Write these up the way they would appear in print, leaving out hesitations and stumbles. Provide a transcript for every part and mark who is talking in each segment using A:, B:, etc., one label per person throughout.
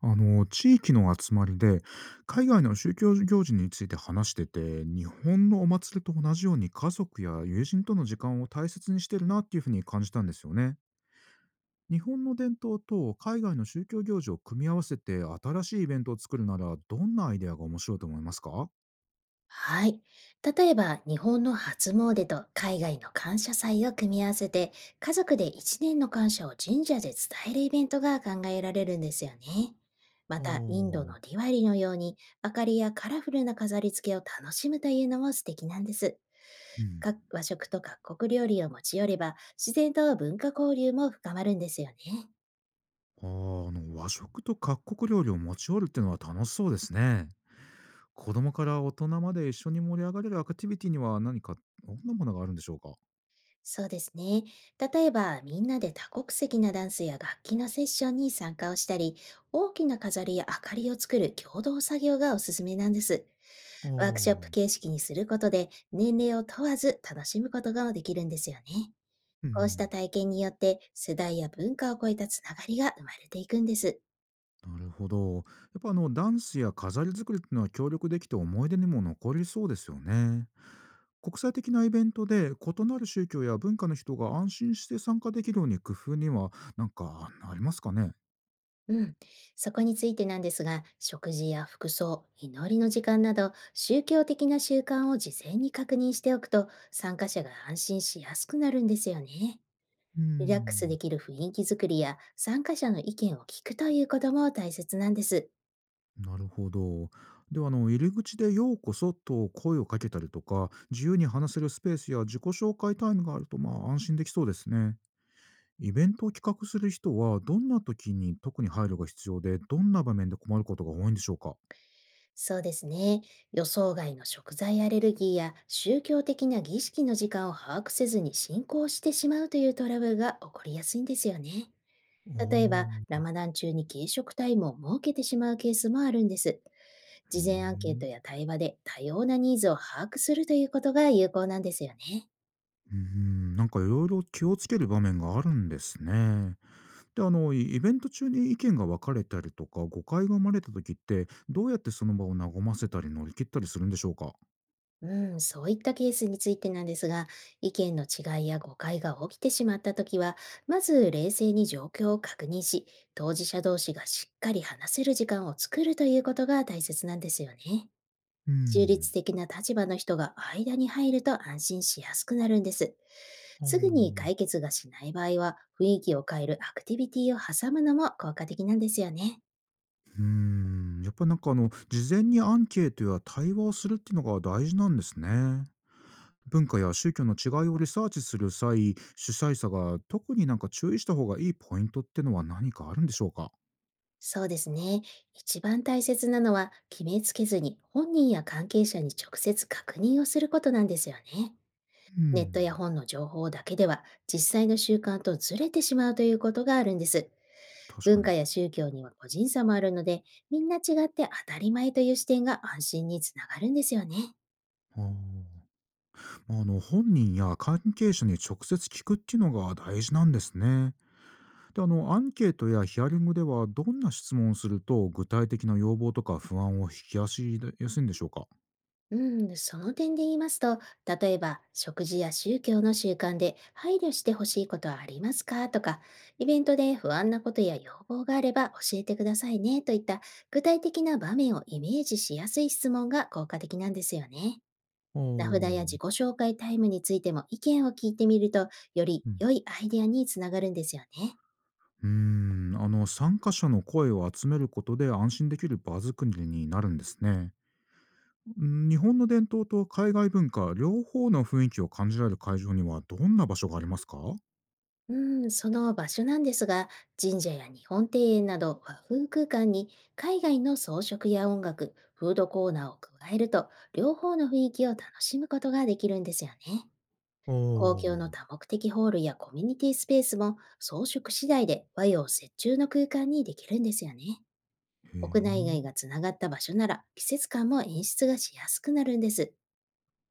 A: 地域の集まりで海外の宗教行事について話してて日本のお祭りと同じように家族や友人との時間を大切にしてるなっていうふうに感じたんですよね。日本の伝統と海外の宗教行事を組み合わせて新しいイベントを作るならどんなアイデアが面白いと思いますか？
B: はい。例えば、日本の初詣と海外の感謝祭を組み合わせて、家族で一年の感謝を神社で伝えるイベントが考えられるんですよね。
A: あ
B: また、インド
A: ー。
B: のディワリのように、明かりやカラフルな飾り付けを楽しむというのも素敵なんです。
A: うん。
B: 和食と各国料理を持ち寄れば、自然と文化交流も深まるんですよね。
A: あー、和食と各国料理を持ち寄るっていうのは楽しそうですね。子供から大人まで一緒に盛り上がれるアクティビティには何か、どんなものがあるんでしょうか？
B: そうですね。例えば、みんなで多国籍なダンスや楽器のセッションに参加をしたり、大きな飾りや明かりを作る共同作業がおすすめなんです。
A: あ
B: ワークショップ
A: あ。
B: 形式にすることで、年齢を問わず楽しむことができるんですよね。
A: う
B: こうした
A: ん。
B: 体験によって、世代や文化を超えたつながりが生まれていくんです。
A: なるほど。やっぱダンスや飾り作りっていうのは協力できて思い出にも残りそうですよね。国際的なイベントで異なる宗教や文化の人が安心して参加できるように工夫にはありますかね？
B: うん、そこについてなんですが、食事や服装、祈りの時間など、宗教的な習慣を事前に確認しておくと、参加者が安心しやすくなるんですよね。
A: うー
B: リラックス
A: ん。
B: できる雰囲気づくりや、参加者の意見を聞くということも大切なんです。
A: なるほど。では入り口で「ようこそ」と声をかけたりとか自由に話せるスペースや自己紹介タイムがあると安心できそうですね。イベントを企画する人は、どんな時に特に配慮が必要で、どんな場面で困ることが多いんでしょうか？
B: そうですね。予想外の食材アレルギーや宗教的な儀式の時間を把握せずに進行してしまうというトラブルが起こりやすいんですよね。
A: あ
B: 例えば、
A: ー。
B: ラマダン中に軽食タイムを設けてしまうケースもあるんです。
A: へ
B: 事前アンケート
A: え。
B: や対話で多様なニーズを把握するということが有効なんですよね。
A: うん、いろいろ気をつける場面があるんですね。で、イベント中に意見が分かれたりとか、誤解が生まれた時って、どうやってその場を和ませたり乗り切ったりするんでしょうか？
B: うん、そういったケースについてなんですが、意見の違いや誤解が起きてしまったときは、まず冷静に状況を確認し、当事者同士がしっかり話せる時間を作るということが大切なんですよね。
A: う
B: 中
A: ん。
B: 立的な立場の人が間に入ると安心しやすくなるんです。
A: あ
B: すぐに
A: お。
B: 解決がしない場合は、雰囲気を変えるアクティビティを挟むのも効果的なんですよね。
A: うーん、やっぱり事前にアンケートや対話をするっていうのが大事なんですね。文化や宗教の違いをリサーチする際、主催者が特に注意した方がいいポイントってのは何かあるんでしょうか？
B: そうですね。一番大切なのは、決めつけずに本人や関係者に直接確認をすることなんですよね。
A: う
B: ネット
A: ん。
B: や本の情報だけでは、実際の習慣とずれてしまうということがあるんです。
A: 確か
B: 文
A: に。
B: 化や宗教には個人差もあるので、みんな違って当たり前という視点が安心につながるんですよね。
A: あー。まあ、本人や関係者に直接聞くっていうのが大事なんですね。でアンケートやヒアリングではどんな質問をすると具体的な要望とか不安を引き出しやすいんでしょうか？
B: うん、その点で言いますと、例えば、食事や宗教の習慣で配慮してほしいことはありますかとか、イベントで不安なことや要望があれば教えてくださいねといった、具体的な場面をイメージしやすい質問が効果的なんですよね。
A: お
B: 名札や
A: お。
B: 自己紹介タイムについても意見を聞いてみると、より
A: うん。
B: 良いアイデアにつながるんですよね。
A: うーん、参加者の声を集めることで安心できる場作りになるんですね。うん、日本の伝統と海外文化、両方の雰囲気を感じられる会場にはどんな場所がありますか？お
B: うん、その場所なんですが、神社や日本庭園など和風空間に海外の装飾や音楽、フードコーナーを加えると、両方の雰囲気を楽しむことができるんですよね。公共
A: お。あ
B: の多
A: あ
B: 目的ホールやコミュニティスペースも装飾次第で和洋折衷の空間にできるんですよね。
A: ー。へ
B: 屋内外が
A: え。
B: つながった場所なら、季節感も演出がしやすくなるんです。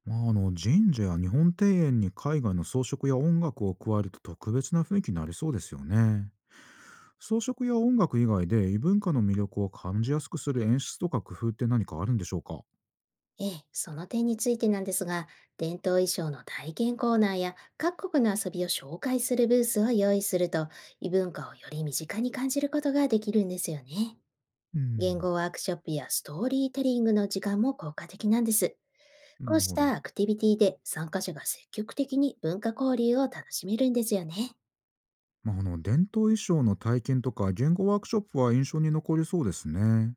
A: まあ、神社や日本庭園に海外の装飾や音楽を加えると特別な雰囲気になりそうですよね。装飾や音楽以外で異文化の魅力を感じやすくする演出とか工夫って何かあるんでしょうか？
B: ええ、その点についてなんですが、伝統衣装の体験コーナーや各国の遊びを紹介するブースを用意すると、異文化をより身近に感じることができるんですよね。
A: う
B: 言
A: ん。
B: 語ワークショップやストーリーテリングの時間も効果的なんです。
A: な
B: こう
A: る
B: し
A: ほど。
B: たアクティビティで、参加者が積極的に文化交流を楽しめるんですよね。
A: まあ、伝統衣装の体験とか言語ワークショップは印象に残りそうですね。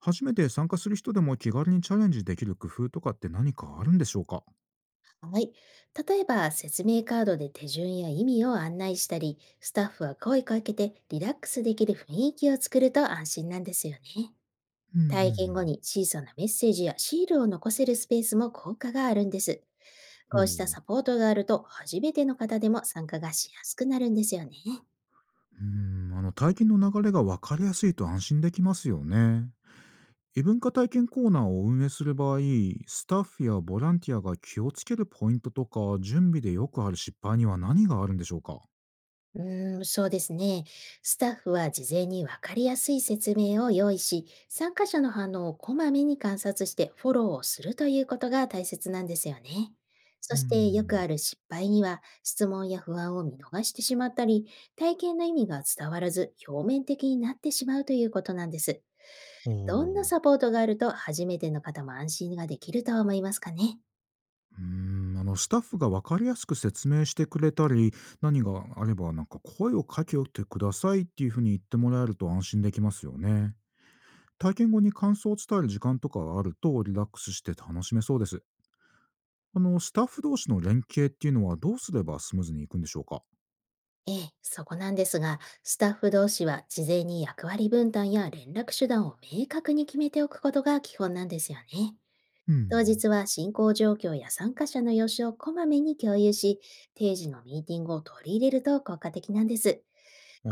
A: 初めて参加する人でも気軽にチャレンジできる工夫とかって何かあるんでしょうか？
B: はい。例えば、説明カードで手順や意味を案内したり、スタッフは声かけてリラックスできる雰囲気を作ると安心なんですよね。
A: う
B: 体験後
A: ん
B: に小さなメッセージやシールを残せるスペースも効果があるんです。
A: うん。
B: こ
A: う
B: うし
A: ん。
B: た
A: ほう。
B: サポートがあると、初めての方でも参加がしやすくなるんですよね。
A: うん、体験の流れが分かりやすいと安心できますよね。異文化体験コーナーを運営する場合、スタッフやボランティアが気をつけるポイントとか、準備でよくある失敗には何があるんでしょうか？
B: うーん、そうですね。スタッフは事前に分かりやすい説明を用意し、参加者の反応をこまめに観察してフォローをするということが大切なんですよね。
A: うー
B: そしてよく
A: ん。
B: ある失敗には、質問や不安を見逃してしまったり、体験の意味が伝わらず表面的になってしまうということなんです。
A: お
B: どんな
A: お。
B: サポートがあると、初めての方も安心ができると思いますかね。
A: うーん、スタッフが分かりやすく説明してくれたり、何があれば声をかけてくださいっていうふうに言ってもらえると安心できますよね。体験後に感想を伝える時間とかがあるとリラックスして楽しめそうです。スタッフ同士の連携っていうのはどうすればスムーズにいくんでしょうか？
B: ええ、そこなんですが、スタッフ同士は事前に役割分担や連絡手段を明確に決めておくことが基本なんですよね。
A: う
B: 当
A: ん。
B: 日は進行状況や参加者の様子をこまめに共有し、定時のミーティングを取り入れると効果的なんです。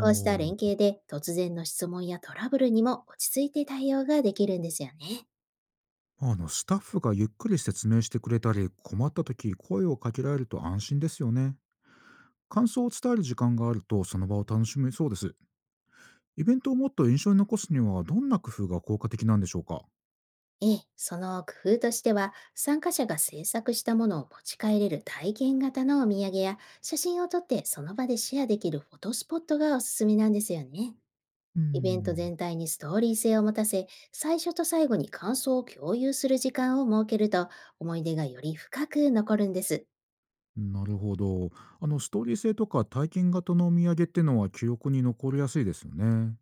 B: こうした連携で、突然の質問やトラブルにも落ち着いて対応ができるんですよね。
A: スタッフがゆっくり説明してくれたり、困った時声をかけられると安心ですよね。感想を伝える時間があると、その場を楽しめそうです。イベントをもっと印象に残すには、どんな工夫が効果的なんでしょうか？
B: ええ、その工夫としては、参加者が制作したものを持ち帰れる体験型のお土産や、写真を撮ってその場でシェアできるフォトスポットがおすすめなんですよね。
A: うー
B: イベント
A: ん。
B: 全体にストーリー性を持たせ、最初と最後に感想を共有する時間を設けると、思い出がより深く残るんです。
A: なるほど。ストーリー性とか体験型のお土産ってのは記憶に残りやすいですよね。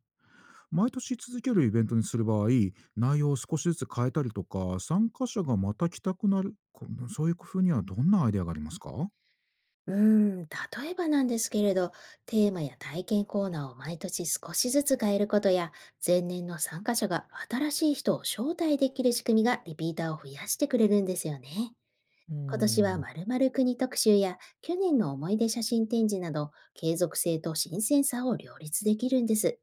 A: 毎年続けるイベントにする場合、内容を少しずつ変えたりとか、参加者がまた来たくなる、そういう工夫にはどんなアイデアがありますか？お
B: うーん、例えばなんですけれど、テーマや体験コーナーを毎年少しずつ変えることや、前年の参加者が新しい人を招待できる仕組みがリピーターを増やしてくれるんですよね。今年は
A: ー。
B: 〇〇国特集や去年の思い出写真展示など、継続性と新鮮さを両立できるんです。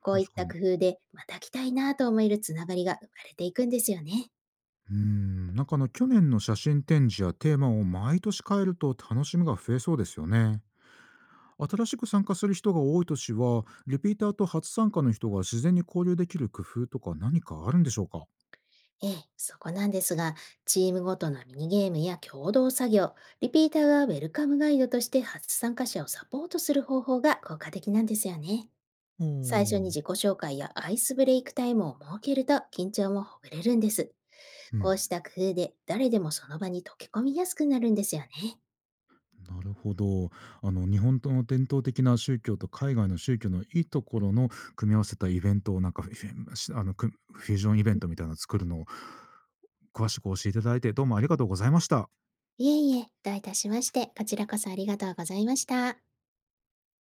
B: こういっ
A: 確か
B: た
A: に。
B: 工夫で、また来たいなと思えるつながりが生まれていくんですよね。
A: うーん、去年の写真展示やテーマを毎年変えると楽しみが増えそうですよね。新しく参加する人が多い年は、リピーターと初参加の人が自然に交流できる工夫とか何かあるんでしょうか？
B: ええ、そこなんですが、チームごとのミニゲームや共同作業、リピーターがウェルカムガイドとして初参加者をサポートする方法が効果的なんですよね。
A: お
B: 最初に
A: ー。
B: 自己紹介やアイスブレイクタイムを設けると、緊張もほぐれるんです。
A: う
B: こ
A: ん。
B: うした工夫で、誰でもその場に溶け込みやすくなるんですよね。
A: なるほど。日本との伝統的な宗教と海外の宗教のいいところの組み合わせたイベントをなんかフィしあのくフュージョンイベントみたいなの作るのを詳しく教えていただいてどうもありがとうございました。
B: いえいえ、どういたしまして、こちらこそありがとうございました。